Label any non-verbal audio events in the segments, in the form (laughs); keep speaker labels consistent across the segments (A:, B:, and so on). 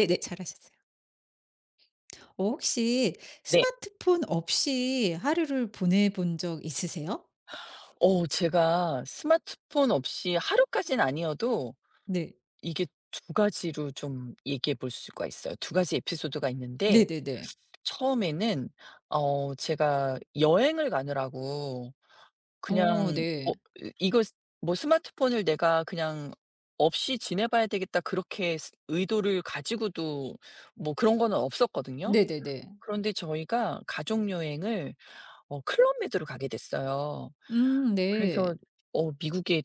A: 네네. 잘하셨어요. 혹시
B: 네.
A: 스마트폰 없이 하루를 보내본 적 있으세요?
B: 제가 스마트폰 없이 하루까진 아니어도
A: 네.
B: 이게 두 가지로 좀 얘기해 볼 수가 있어요. 2가지 에피소드가 있는데
A: 네네네.
B: 처음에는 제가 여행을 가느라고 그냥
A: 네.
B: 뭐 이 이거 스 뭐 '스마트폰을 내가 그냥 없이 지내봐야 되겠다.' 그렇게 스 의도를 가지고도 뭐 그런 거는 없었거든요.
A: 네네네.
B: 그런데 저희가 가족 여행을 클럽 메이트로 가게 됐어요. 그래서
A: 네.
B: 미국에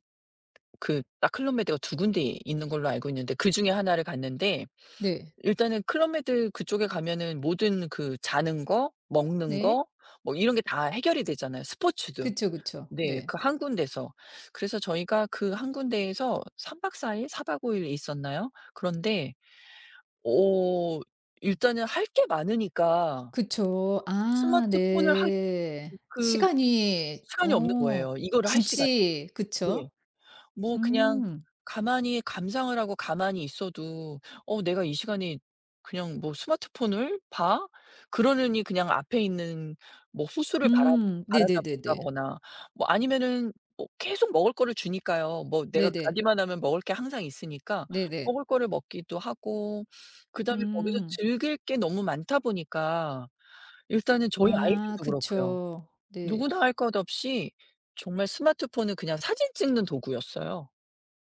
B: 그 딱 클럽 메드가 2군데 있는 걸로 알고 있는데 그중에 하나를 갔는데
A: 네.
B: 일단은 클럽 메드 그쪽에 가면은 모든 그 자는 거 먹는
A: 네.
B: 거 뭐 이런 게 다 해결이 되잖아요, 스포츠도.
A: 그쵸, 그쵸.
B: 네.
A: 네.
B: 그 1군데서. 그래서 저희가 그 1군데에서 3박 4 일, 4박 5 일 있었나요? 그런데 어 일단은 할 게 많으니까
A: 그쵸. 아
B: 스마트폰을 할
A: 네.
B: 그
A: 시간이
B: 시간이 없는 거예요, 이거를 할 시간이.
A: 굳이
B: 네.
A: 그쵸.
B: 뭐 그냥
A: 음.
B: 가만히 감상을 하고 가만히 있어도 내가 이 시간에 그냥 뭐 스마트폰을 봐?' 그러느니 그냥 앞에 있는 뭐 호수를
A: 음.
B: 바라다
A: 네네네네.
B: 본다거나 뭐 아니면은 뭐 계속 먹을 거를 주니까요. 뭐 내가
A: 네네.
B: 가기만 하면 먹을 게 항상 있으니까
A: 네네.
B: 먹을 거를 먹기도 하고 그다음에 거기서
A: 음.
B: 즐길 게 너무 많다 보니까 일단은 저희
A: 아
B: 아이들도 그렇고요.
A: 그쵸. 네.
B: 누구나 할 것 없이 정말 스마트폰은 그냥 사진 찍는 도구였어요.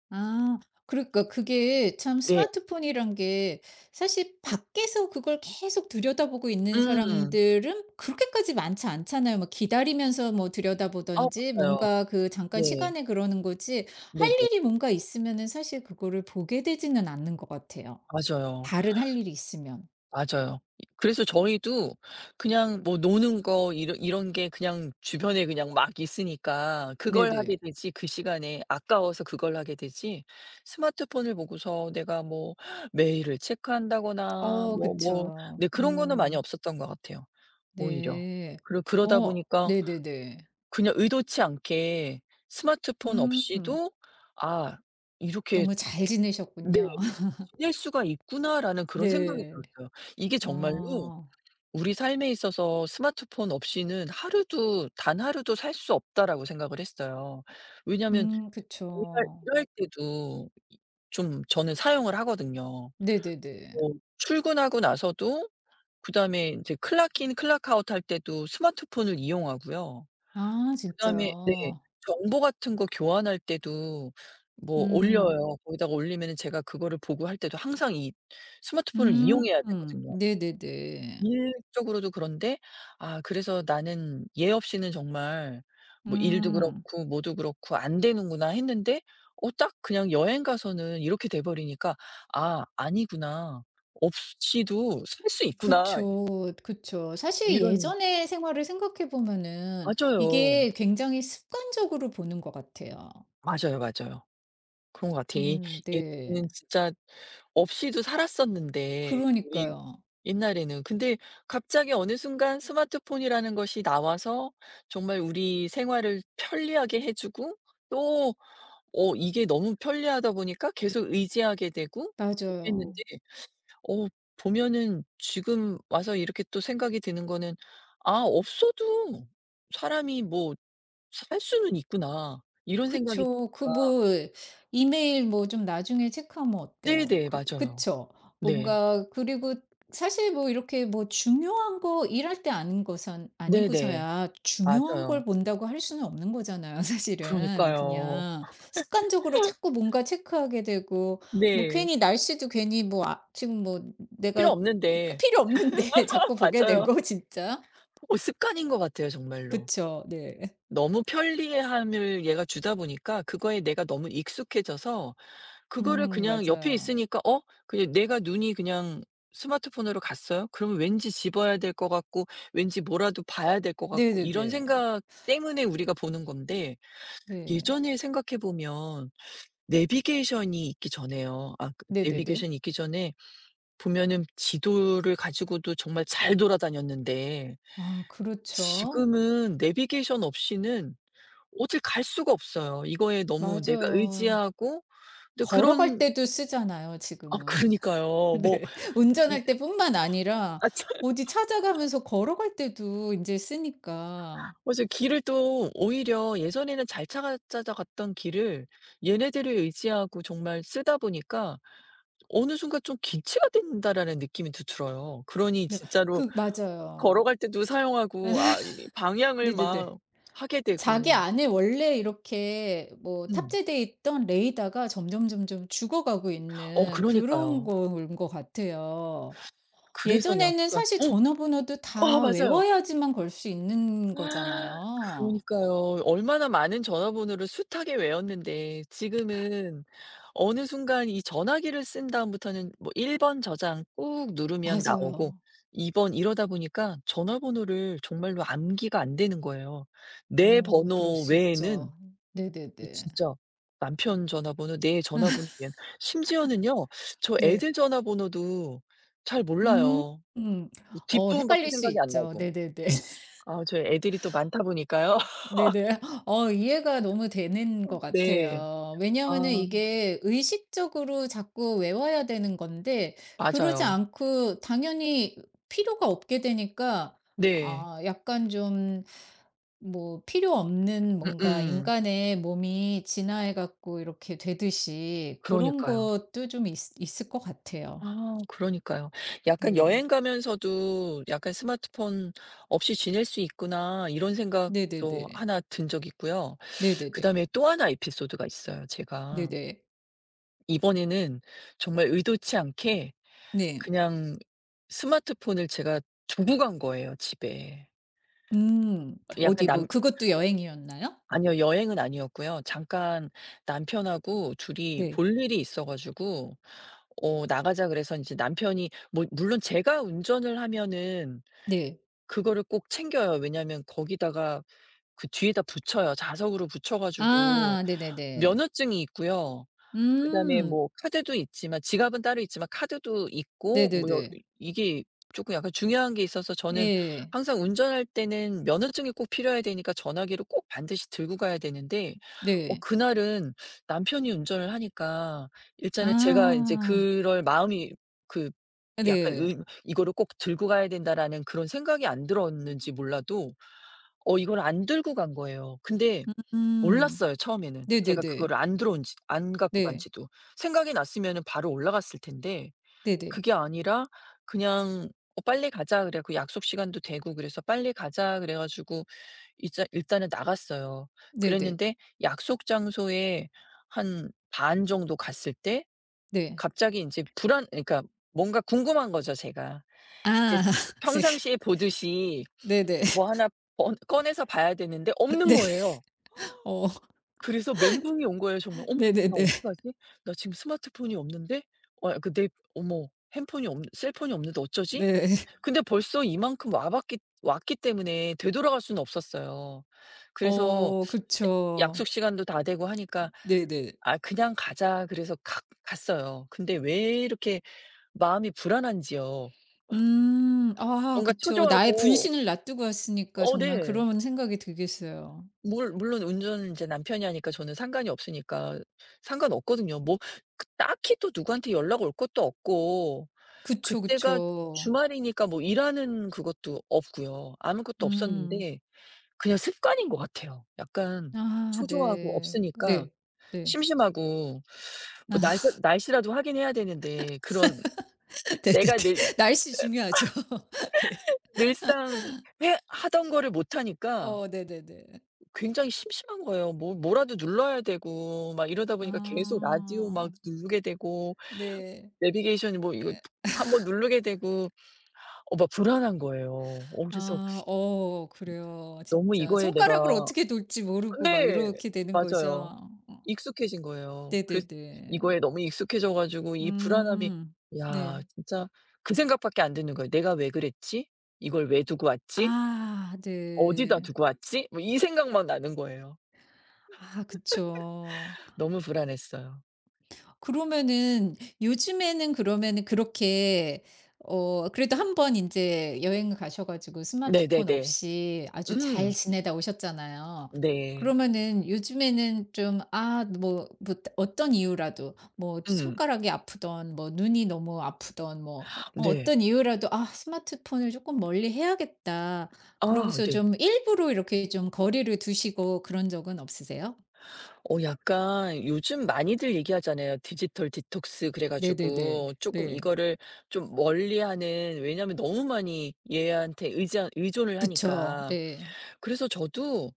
A: 아. 그러니까 그게 참
B: 네.
A: 스마트폰이란 게 사실 밖에서 그걸 계속 들여다보고 있는
B: 음.
A: 사람들은 그렇게까지 많지 않잖아요. 뭐 기다리면서 뭐
B: 아,
A: 들여다보든지
B: 맞아요.
A: 뭔가 그 잠깐
B: 네.
A: 시간에 그러는 거지 할
B: 네네.
A: 일이 뭔가 있으면은 사실 그거를 보게 되지는 않는 것 같아요.
B: 맞아요.
A: 다른 할 일이 있으면.
B: 맞아요. 이 그래서 저희도 그냥 뭐 노는 거 이런 게 그냥 주변에 그냥 막 있으니까 그걸
A: 네네.
B: 하게 되지, 그 시간에 아까워서 그걸 하게 되지, 스마트폰을 보고서 내가 뭐 메일을 체크한다거나
A: 어
B: 뭐
A: 그쵸.
B: 네, 그런 거는 많이
A: 음.
B: 없었던 것 같아요, 오히려.
A: 네.
B: 그러다
A: 어
B: 보니까
A: 네네네.
B: 그냥 의도치 않게 스마트폰
A: 음.
B: 없이도 아 이렇게
A: 너무 잘
B: 네,
A: 지내셨군요. (laughs)
B: 지낼 수가 있구나'라는 그런 생각이
A: 네.
B: 들었어요. 이게 정말로
A: 아.
B: '우리 삶에 있어서 스마트폰 없이는 하루도 단 하루도 살 수 없다.'라고 생각을 했어요. 왜냐하면
A: 그쵸.
B: 일할 때도 이 좀 저는 사용을 하거든요.
A: 네네네.
B: 뭐 출근하고 나서도 그다음에 이제클 l o 클 k i 웃할 때도 스마트폰을 이용하고요.
A: 아
B: 그다음에 네.
A: 진짜요?
B: 정보 같은 거 교환할 때도 뭐
A: 음.
B: 올려요. 거기다가 올리면은 제가 그거를 보고 할 때도 항상 이 스마트폰을
A: 음.
B: 이용해야 되거든요.
A: 네네네.
B: 일적으로도 그런데 아 그래서 '나는 얘 없이는 정말 뭐 일도
A: 음.
B: 그렇고 뭐도 그렇고 안 되는구나.' 했는데 딱 그냥 여행 가서는 이렇게 돼 버리니까 '아 아니구나. 없이도 살 수 있구나.'
A: 그쵸, 그쵸. 사실
B: 이런
A: 예전의 생활을 생각해 보면은
B: 맞아요.
A: 이게 굉장히 습관적으로 보는 것 같아요.
B: 맞아요, 맞아요. 그런 것 같아. 이
A: 네.
B: 예전에는 진짜 없이도 살았었는데 우리
A: 그러니까요.
B: 옛날에는. 근데 갑자기 어느 순간 스마트폰이라는 것이 나와서 정말 우리 생활을 편리하게 해 주고 또 이게 너무 편리하다 보니까 계속 의지하게 되고 그랬는데
A: 맞아요.
B: 어 보면은 지금 와서 이렇게 또 생각이 드는 거는 '아 없어도 사람이 뭐 살 수는 있구나.' 이런 생각이
A: 그쵸. 그
B: 드니까
A: 뭐 이메일 뭐 좀 나중에 체크하면 어때요?
B: 네네.
A: 그
B: 맞아요.
A: 그쵸.
B: 네.
A: 뭔가 그리고 사실 뭐 이렇게 뭐 중요한 거 일할 때 아닌 것은
B: 네네.
A: 아니고서야 중요한 걸
B: 맞아요.
A: 본다고 할 수는 없는 거잖아요, (laughs) 사실은.
B: 그러니까요.
A: 그냥 습관적으로 자꾸 뭔가 체크하게 되고 뭐
B: 네.
A: 괜히 날씨도 괜히 뭐 아 지금 뭐
B: 필요
A: 내가
B: 없는데
A: 필요 없는데 (laughs) 자꾸
B: (laughs)
A: 보게
B: 맞아요.
A: 되고 진짜.
B: 습관인 것 같아요, 정말로.
A: 그쵸. 네.
B: 너무 편리함을 얘가 주다 보니까 그거에 내가 너무 익숙해져서 그거를 그냥 옆에
A: 맞아요.
B: 있으니까 그냥 내가 눈이 그냥 스마트폰으로 갔어요? 그러면 왠지 집어야 될 것 같고 왠지 뭐라도 봐야 될 것 같고 이런
A: 네네네.
B: 생각 때문에 우리가 보는 건데
A: 네.
B: 예전에 생각해 보면 내비게이션이 있기 전에요. 아 그
A: 네네네.
B: 내비게이션이 있기 전에 보면은 지도를 가지고도 정말 잘 돌아다녔는데
A: 아 그렇죠.
B: 지금은 내비게이션 없이는 어딜 갈 수가 없어요. 이거에 너무 내가
A: 맞아요.
B: 의지하고 또
A: 걸어갈
B: 그런
A: 때도 쓰잖아요
B: 아
A: 지금은. (laughs)
B: 그러니까요. 뭐
A: 네.
B: 이
A: 운전할 때뿐만 아니라
B: 아 참
A: 어디 찾아가면서 걸어갈 때도 이제 쓰니까.
B: 맞아요. 길을 또 오히려 예전에는 잘 찾아 찾아갔던 길을 얘네들을 의지하고 정말 쓰다 보니까 어느 순간 좀 '기치가 된다.'라는 느낌이 드 들어요. 그러니
A: 네.
B: 진짜로
A: 그 맞아요.
B: 걸어갈 때도 사용하고 아 이 방향을
A: 네네네.
B: 막 하게
A: 자기
B: 되고
A: 안에 원래 이렇게 뭐 탑
B: 음.
A: 재돼 있던 레이더가 점점점점 죽어가고 있는 그런
B: 그러니까요.
A: 거인 것 같아요.
B: 그래서
A: 예전에는
B: 약간
A: 사실
B: 어.
A: 전화번호도 다
B: 맞아요.
A: 외워야지만 걸 수 있는 거잖아요.
B: 그러니까요. 얼마나 많은 전화번호를 숱하게 외웠는데 지금은 어느 순간 이 전화기를 쓴 다음부터는 뭐 1 번 저장 꾹 누르면 나오고
A: 맞아요.
B: 2번 이러다 보니까 전화번호를 정말로 암기가 안 되는 거예요. 내
A: 어 그럴
B: 번호
A: 수
B: 외에는
A: 있죠.
B: 이
A: 네네네.
B: 진짜 남편 전화번호, 내 전화번호 외에는 심지어는요. 저
A: 네.
B: 애들 전화번호도 잘
A: 음.
B: 몰라요.
A: 음.
B: 뭐
A: 어
B: 뒷부분밖에
A: 헷갈릴 수
B: 생각이 안
A: 있죠.
B: 나고.
A: 네네네. (laughs)
B: 아 저희 애들이 또 많다 보니까요. (laughs)
A: 네네. 어 이해가 너무 되는 것
B: 네.
A: 같아요.
B: 아
A: 왜냐하면은 이게 의식적으로 자꾸 외워야 되는 건데 그러지
B: 맞아요.
A: 않고 당연히 필요가 없게 되니까
B: 네.
A: 아 약간 좀 뭐 필요 없는 뭔가
B: 음음.
A: 인간의 몸이 진화해 갖고 이렇게 되듯이 그런
B: 그러니까요.
A: 것도 좀 있 있을 것 같아요.
B: 아 그러니까요. 약간
A: 네.
B: '여행 가면서도 약간 스마트폰 없이 지낼 수 있구나.' 이런 생각도
A: 네네네.
B: 하나 든 적 있고요.
A: 네네네.
B: 그다음에 또 하나 에피소드가 있어요, 제가.
A: 네네.
B: 이번에는 정말 의도치 않게
A: 네.
B: 그냥 스마트폰을 제가 두고 간 거예요, 집에.
A: 음.
B: 약간
A: 어디 뭐
B: 남
A: 그것도 여행이었나요?
B: 아니요. 여행은 아니었고요. 잠깐 남편하고 둘이
A: 네.
B: 볼 일이 있어 가지고 나가자 그래서 이제 남편이 뭐 물론 제가 운전을 하면은
A: 네.
B: 그거를 꼭 챙겨요. 왜냐하면 거기다가 그 뒤에다 붙여요. 자석으로 붙여 가지고
A: 아 네네네.
B: 면허증이 있고요. 그다음에
A: 음.
B: 뭐 카드도 있지만 지갑은 따로 있지만 카드도 있고 뭐 여
A: 네네네.
B: 이게 쪼끔 약간 중요한 게 있어서 저는
A: 예.
B: 항상 운전할 때는 면허증이 꼭 필요해야 되니까 전화기를 꼭 반드시 들고 가야 되는데
A: 네.
B: 그날은 남편이 운전을 하니까 일단은 제가 인제
A: 아.
B: 그럴 마음이 그 약간
A: 네.
B: 의 '이거를 꼭 들고 가야 된다.'라는 그런 생각이 안 들었는지 몰라도 이걸 안 들고 간 거예요. 근데
A: 음.
B: 몰랐어요, 처음에는. 제가
A: 네네네.
B: 그거를 안 들어온 지 안 갖고 간
A: 네.
B: 지도. 생각이 났으면은 바로 올라갔을 텐데
A: 네네.
B: 그게 아니라 그냥 빨리 가자." 그래 갖고 약속 시간도 되고 그래서 "빨리 가자." 그래 가지고 이제 일단은 나갔어요.
A: 네네.
B: 그랬는데 약속 장소에 한 반 정도 갔을 때
A: 네.
B: 갑자기 인제 불안 그러니까 뭔가 궁금한 거죠, 제가. 이제
A: 아. (laughs) 네.
B: 평상시에 보듯이
A: 네네.
B: 뭐
A: (laughs)
B: 하나 번 꺼내서 봐야 되는데 없는 거예요.
A: 어
B: 그래서 멘붕이 온 거예요, 정말. '어머 나
A: 네네네.
B: 어떡하지? 나 지금 스마트폰이 없는데 그 내 어머 핸폰이 없 셀폰이 없는데 어쩌지?'
A: 네.
B: 근데 벌써 이만큼 와 봤기 왔기 때문에 되돌아갈 수는 없었어요. 그래서
A: 어
B: 야 약속
A: 그쵸.
B: 시간도 다 되고 하니까
A: 네네.
B: '아 그냥 가자.' 그래서 갔어요. 근데 왜 이렇게 마음이 불안한지요.
A: 음. 아
B: 뭔가
A: 그쵸. 나의
B: 초조하고
A: 분신을 놔두고 왔으니까
B: 어
A: 정말
B: 네.
A: 그런 생각이 들겠어요.
B: 물 물론 운전은 이제 남편이 하니까 저는 상관이 없으니까 상관없거든요. 뭐 그 딱히 또 누구한테 연락 올 것도 없고
A: 그쵸,
B: 그때가
A: 그쵸.
B: 주말이니까 뭐 일하는 그것도 없고요. 아무것도
A: 음.
B: 없었는데 그냥 습관인 것 같아요. 약간
A: 아
B: 초조하고
A: 네.
B: 없으니까
A: 네. 네.
B: 심심하고 뭐 날짜
A: (laughs)
B: 날씨라도 확인해야 되는데 그런
A: 아
B: 내가 늘
A: 네네네. 날씨 중요하죠. (laughs) 네.
B: 늘상 해 하던 거를 못 하니까
A: 어 네네네.
B: 굉장히 심심한 거예요. 뭐 뭐라도 눌러야 되고 막 이러다 보니까 계속 라디오 막
A: 아.
B: 누르게 되고
A: 네.
B: 내비게이션 뭐 이거 한번 누르게 되고 막 불안한 거예요. 어 그래서
A: 아 어 그래요.
B: 너무
A: 진짜
B: 이거에
A: 손가락을
B: 내가
A: 어떻게 놓을지 모르고 막
B: 네.
A: 이렇게 되는
B: 맞아요.
A: 거죠. 어.
B: 익숙해진 거예요. 그래서
A: 네네네.
B: 이거에 너무 익숙해져 가지고 이 불안함이
A: 음.
B: 야
A: 네.
B: 진짜 그 생각밖에 안 드는 거예요. '내가 왜 그랬지? 이걸 왜 두고 왔지?
A: 아
B: 어디다
A: 네.
B: 두고 왔지?' 뭐 이 생각만 나는 거예요.
A: 아 그쵸.
B: 너무 불안했어요.
A: 그러면은 요즘에는 그러면은 그렇게 어 그래도 한 번 인제 여행을 가셔 가지고 스마트폰
B: 네네네.
A: 없이 아주 잘
B: 음.
A: 지내다 오셨잖아요.
B: 네.
A: 그러면은 요즘에는 좀 아 뭐 뭐 어떤 이유라도 뭐
B: 음.
A: 손가락이 아프든 뭐 눈이 너무 아프든 뭐 어
B: 네.
A: 어떤 이유라도 '아 스마트폰을 쪼끔 멀리 해야겠다.'
B: 아
A: 그러고서
B: 네.
A: 좀 일부러 이렇게 좀 거리를 두시고 그런 적은 없으세요?
B: 약간 요즘 많이들 얘기하잖아요. 디지털 디톡스 그래
A: 네네네.
B: 가지고 쪼끔
A: 네.
B: 이거를 좀 멀리하는 왜냐하면 너무 많이 얘한테 의지하 의존을
A: 그쵸.
B: 하니까.
A: 네.
B: 그래서 저도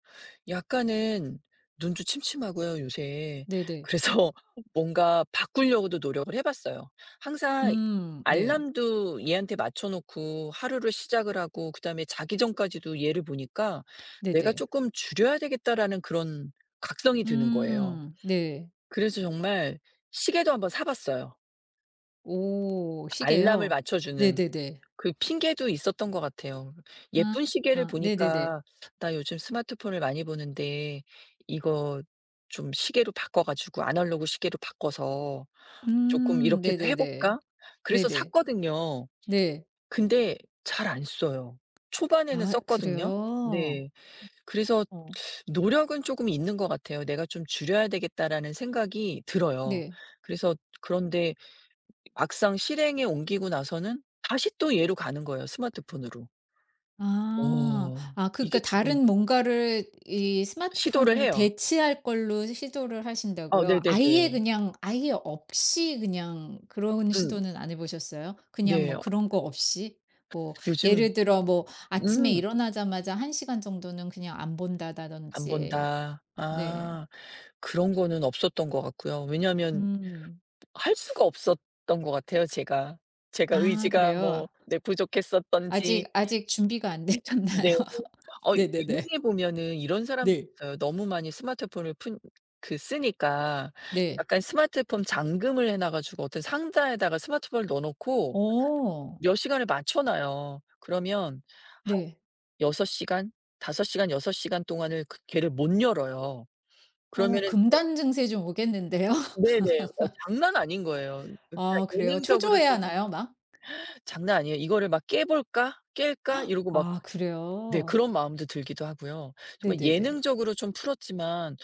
B: 약간은 눈도 침침하고요, 요새.
A: 네네.
B: 그래서 (laughs) 뭔가 바꾸려고도 노력을 해 봤어요. 항상
A: 네.
B: 알람도 얘한테 맞춰 놓고 하루를 시작을 하고 그다음에 자기 전까지도 얘를 보니까 '내가
A: 네네.
B: 조금 줄여야 되겠다.'라는 그런 각성이 드는 거예요.
A: 네.
B: 그래서 정말 시계도 한번 사 봤어요.
A: 오
B: 알람을
A: 시계요?
B: 맞춰 주는.
A: 네네네.
B: 그 핑계도 있었던 것 같아요.
A: 아
B: 예쁜 시계를
A: 아 네네네.
B: 보니까 '나 요즘 스마트폰을 많이 보는데 이거 좀 시계로 바꿔 가지고 아날로그 시계로 바꿔서 쪼끔 이렇게도 해
A: 네네네.
B: 볼까?' 그래서
A: 네네.
B: 샀거든요.
A: 네.
B: 근데 잘 안 써요. 초반에는
A: 아
B: 썼거든요.
A: 그래요?
B: 네. 그래서
A: 어
B: 노력은 쪼금 있는 것 같아요. '내가 좀 줄여야 되겠다.'라는 생각이 들어요.
A: 네.
B: 그래서 그런데 막상 실행에 옮기고 나서는 다시 또 얘로 가는 거예요, 스마트폰으로.
A: 아.
B: 어.
A: 아 그러니까
B: 이게 조금
A: 다른 뭔가를 이
B: 시도를
A: 스마트폰을
B: 해요.
A: 대체할 걸로 시도를
B: 어
A: 하신다고요? 아예
B: 네네네.
A: 그냥 아예 없이 그냥 그런
B: 음.
A: 시도는 안 해 보셨어요? 그냥
B: 네.
A: 뭐
B: 어,
A: 그런 거 없이? 뭐
B: 요즘
A: 예를 들어 뭐 아침에
B: 음
A: 일어나자마자 한 시간 정도는 그냥 안
B: 안
A: 본다다든지.
B: 본다.
A: 네.
B: 아. 그런 거는 없었던 것 같고요. 왜냐하면
A: 음.
B: 할 수가 없었던 것 같아요, 제가. 제가
A: 아
B: 의지가 뭐
A: 그래요?
B: 네 부족했었던지
A: 아직 아직 준비가 안 되셨나요?
B: 네.
A: (laughs) 네네네.
B: 예능에 보면은 이런 사람도
A: 네.
B: 있어요. 너무 많이 스마트폰을 푼 그 쓰니까
A: 네.
B: 약간 스마트폰 잠금을 해놔 가지고 어떤 상자에다가 스마트폰을 넣어 놓고
A: 오
B: 몇 시간을 맞춰 놔요. 그러면
A: 네.
B: 6시간, 6시간 동안을 그 걔를 못 열어요.
A: 어
B: 그러면은
A: 금단 증세 좀 오겠는데요. (laughs)
B: 네네. 장난 아닌 거예요. 그러니까
A: 아 그래요?
B: 예능적으로
A: 초조해야
B: 쪼금
A: 하나요 막?
B: '장난 아니에요. 이거를 막 깨 볼까? 깰까?' 이러고 막
A: 아
B: 네
A: 그래요?
B: 그런 마음도 들기도 하고요. 정말
A: 네네네.
B: 예능적으로 좀 풀었지만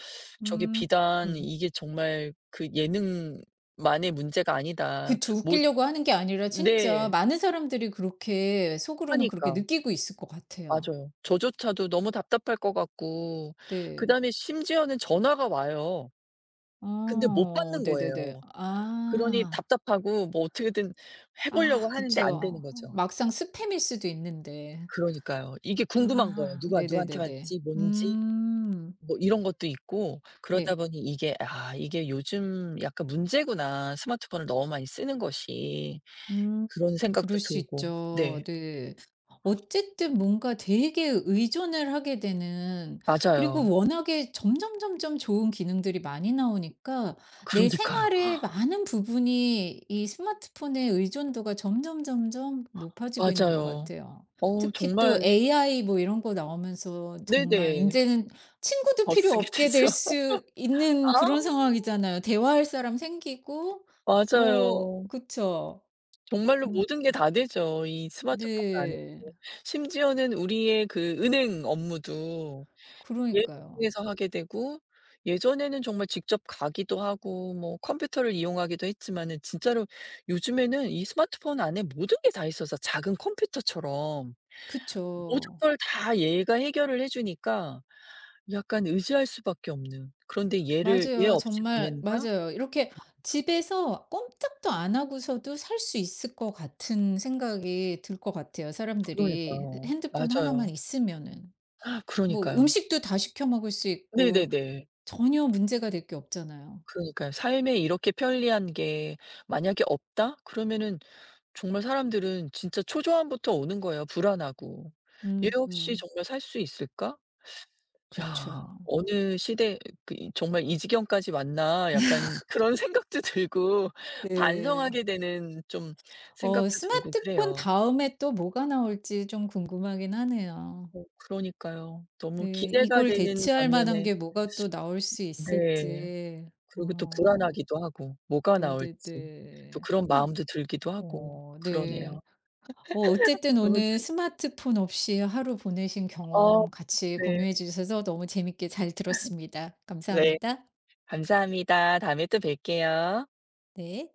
B: 저게
A: 음.
B: 비단
A: 음.
B: 이게 정말 그 예능만의 문제가 아니다.
A: 그쵸.
B: 못
A: 웃기려고 하는 게 아니라 진짜
B: 네.
A: 많은 사람들이 그렇게 속으로는 그렇게
B: 하니까.
A: 느끼고 있을 것 같아요.
B: 맞아요. 저조차도 너무 답답할 것 같고
A: 네.
B: 그다음에 심지어는 전화가 와요. 근데 못
A: 어
B: 받는
A: 네네네.
B: 거예요. 그러니
A: 아.
B: 답답하고 뭐 어떻게든 해 보려고
A: 아
B: 하는데 안 되는
A: 그쵸.
B: 거죠.
A: 막상 스팸일 수도 있는데.
B: 그러니까요. 이게 궁금한 거예요.
A: 아
B: 누가 누구한테
A: 네네네네.
B: 왔지 뭔지
A: 음.
B: 뭐 이런 것도 있고 그러다
A: 네.
B: 보니 이게 '아 이게 요즘 약간 문제구나. 스마트폰을 너무 많이 쓰는 것이.'
A: 음.
B: 그런 생각도
A: 그럴 수
B: 들고.
A: 있죠.
B: 네.
A: 네. 어쨌든 뭔가 되게 의존을 하게 되는
B: 맞아요.
A: 그리고 워낙에 점점 점점 좋은 기능들이 많이 나오니까 내
B: 그러니까요.
A: 생활의 많은 부분이 이 스마트폰의 의존도가 점점 점점 높아지고 있는 것
B: 맞아요.
A: 같아요.
B: 어
A: 특히 또
B: 정말
A: AI 뭐 이런 거 나오면서 정말 이
B: 네네.
A: 제는 친구도
B: 더
A: 필요
B: 쓰게
A: 없게 될
B: 되죠.
A: 수
B: (laughs) 아.
A: 있는 그런 상황이잖아요. 대화할 사람 생기고 뭐
B: 맞아요.
A: 그쵸.
B: 정말로
A: 음
B: 모든 게 다 되죠, 이 스마트폰 안에.
A: 네.
B: 심지어는 우리의 그 은행 업무도 얘를
A: 그러니까요.
B: 통해서 하게 되고 예전에는 정말 직접 가기도 하고 뭐 컴퓨터를 이용하기도 했지만은 진짜로 요즘에는 이 스마트폰 안에 모든 게 다 있어서 작은 컴퓨터처럼 모든
A: 그쵸.
B: 걸 다 얘가 해결을 해 주니까 약간 의지할 수밖에 없는. 그런데 얘를 '얘
A: 맞아요.
B: 없이
A: 정말
B: 보낸다?'
A: 맞아요. 이렇게 집에서 꼼짝도 안 하고서도 살 수 있을 것 같은 생각이 들 것 같아요, 사람들이.
B: 그러니까요.
A: 핸드폰 하나만
B: 맞아요.
A: 있으면은. 뭐
B: 그러니까요.
A: 음식도 다 시켜 먹을 수 있고
B: 네네네.
A: 전혀 문제가 될 게 없잖아요.
B: 그러니까요. 삶에 이렇게 편리한 게 만약에 없다? 그러면은 정말 사람들은 진짜 초조함부터 오는 거예요, 불안하고. '얘
A: 음.
B: 없이
A: 음.
B: 정말 살 수 있을까? 야
A: 그쵸.
B: 어느 시대 그 이 정말 이 지경까지 왔나?' 약간 그런 (laughs) 생각도 들고
A: 네.
B: 반성하게 되는 좀
A: 어
B: 생각도 들고
A: 스마트폰
B: 그래요.
A: 다음에 또 뭐가 나올지 좀 궁금하긴 하네요.
B: 그러니까요. 너무
A: 네.
B: 기대가
A: 이걸
B: 되는
A: 대체할 만한
B: 반면에
A: 게 뭐가 또 나올 수
B: 네.
A: 있을지.
B: 그리고 또
A: 어.
B: 불안하기도 하고 뭐가 나올지 또
A: 네네네.
B: 그런 마음도 들기도 하고
A: 어 네.
B: 그러네요.
A: 어 어쨌든
B: 너무
A: 오늘 스마트폰 없이 하루 보내신
B: 어
A: 경험 같이
B: 네.
A: 공유해 주셔서 너무 재밌게 잘 들었습니다.
B: 네.
A: 감사합니다.
B: 감사합니다. 다음에 또 뵐게요.
A: 네.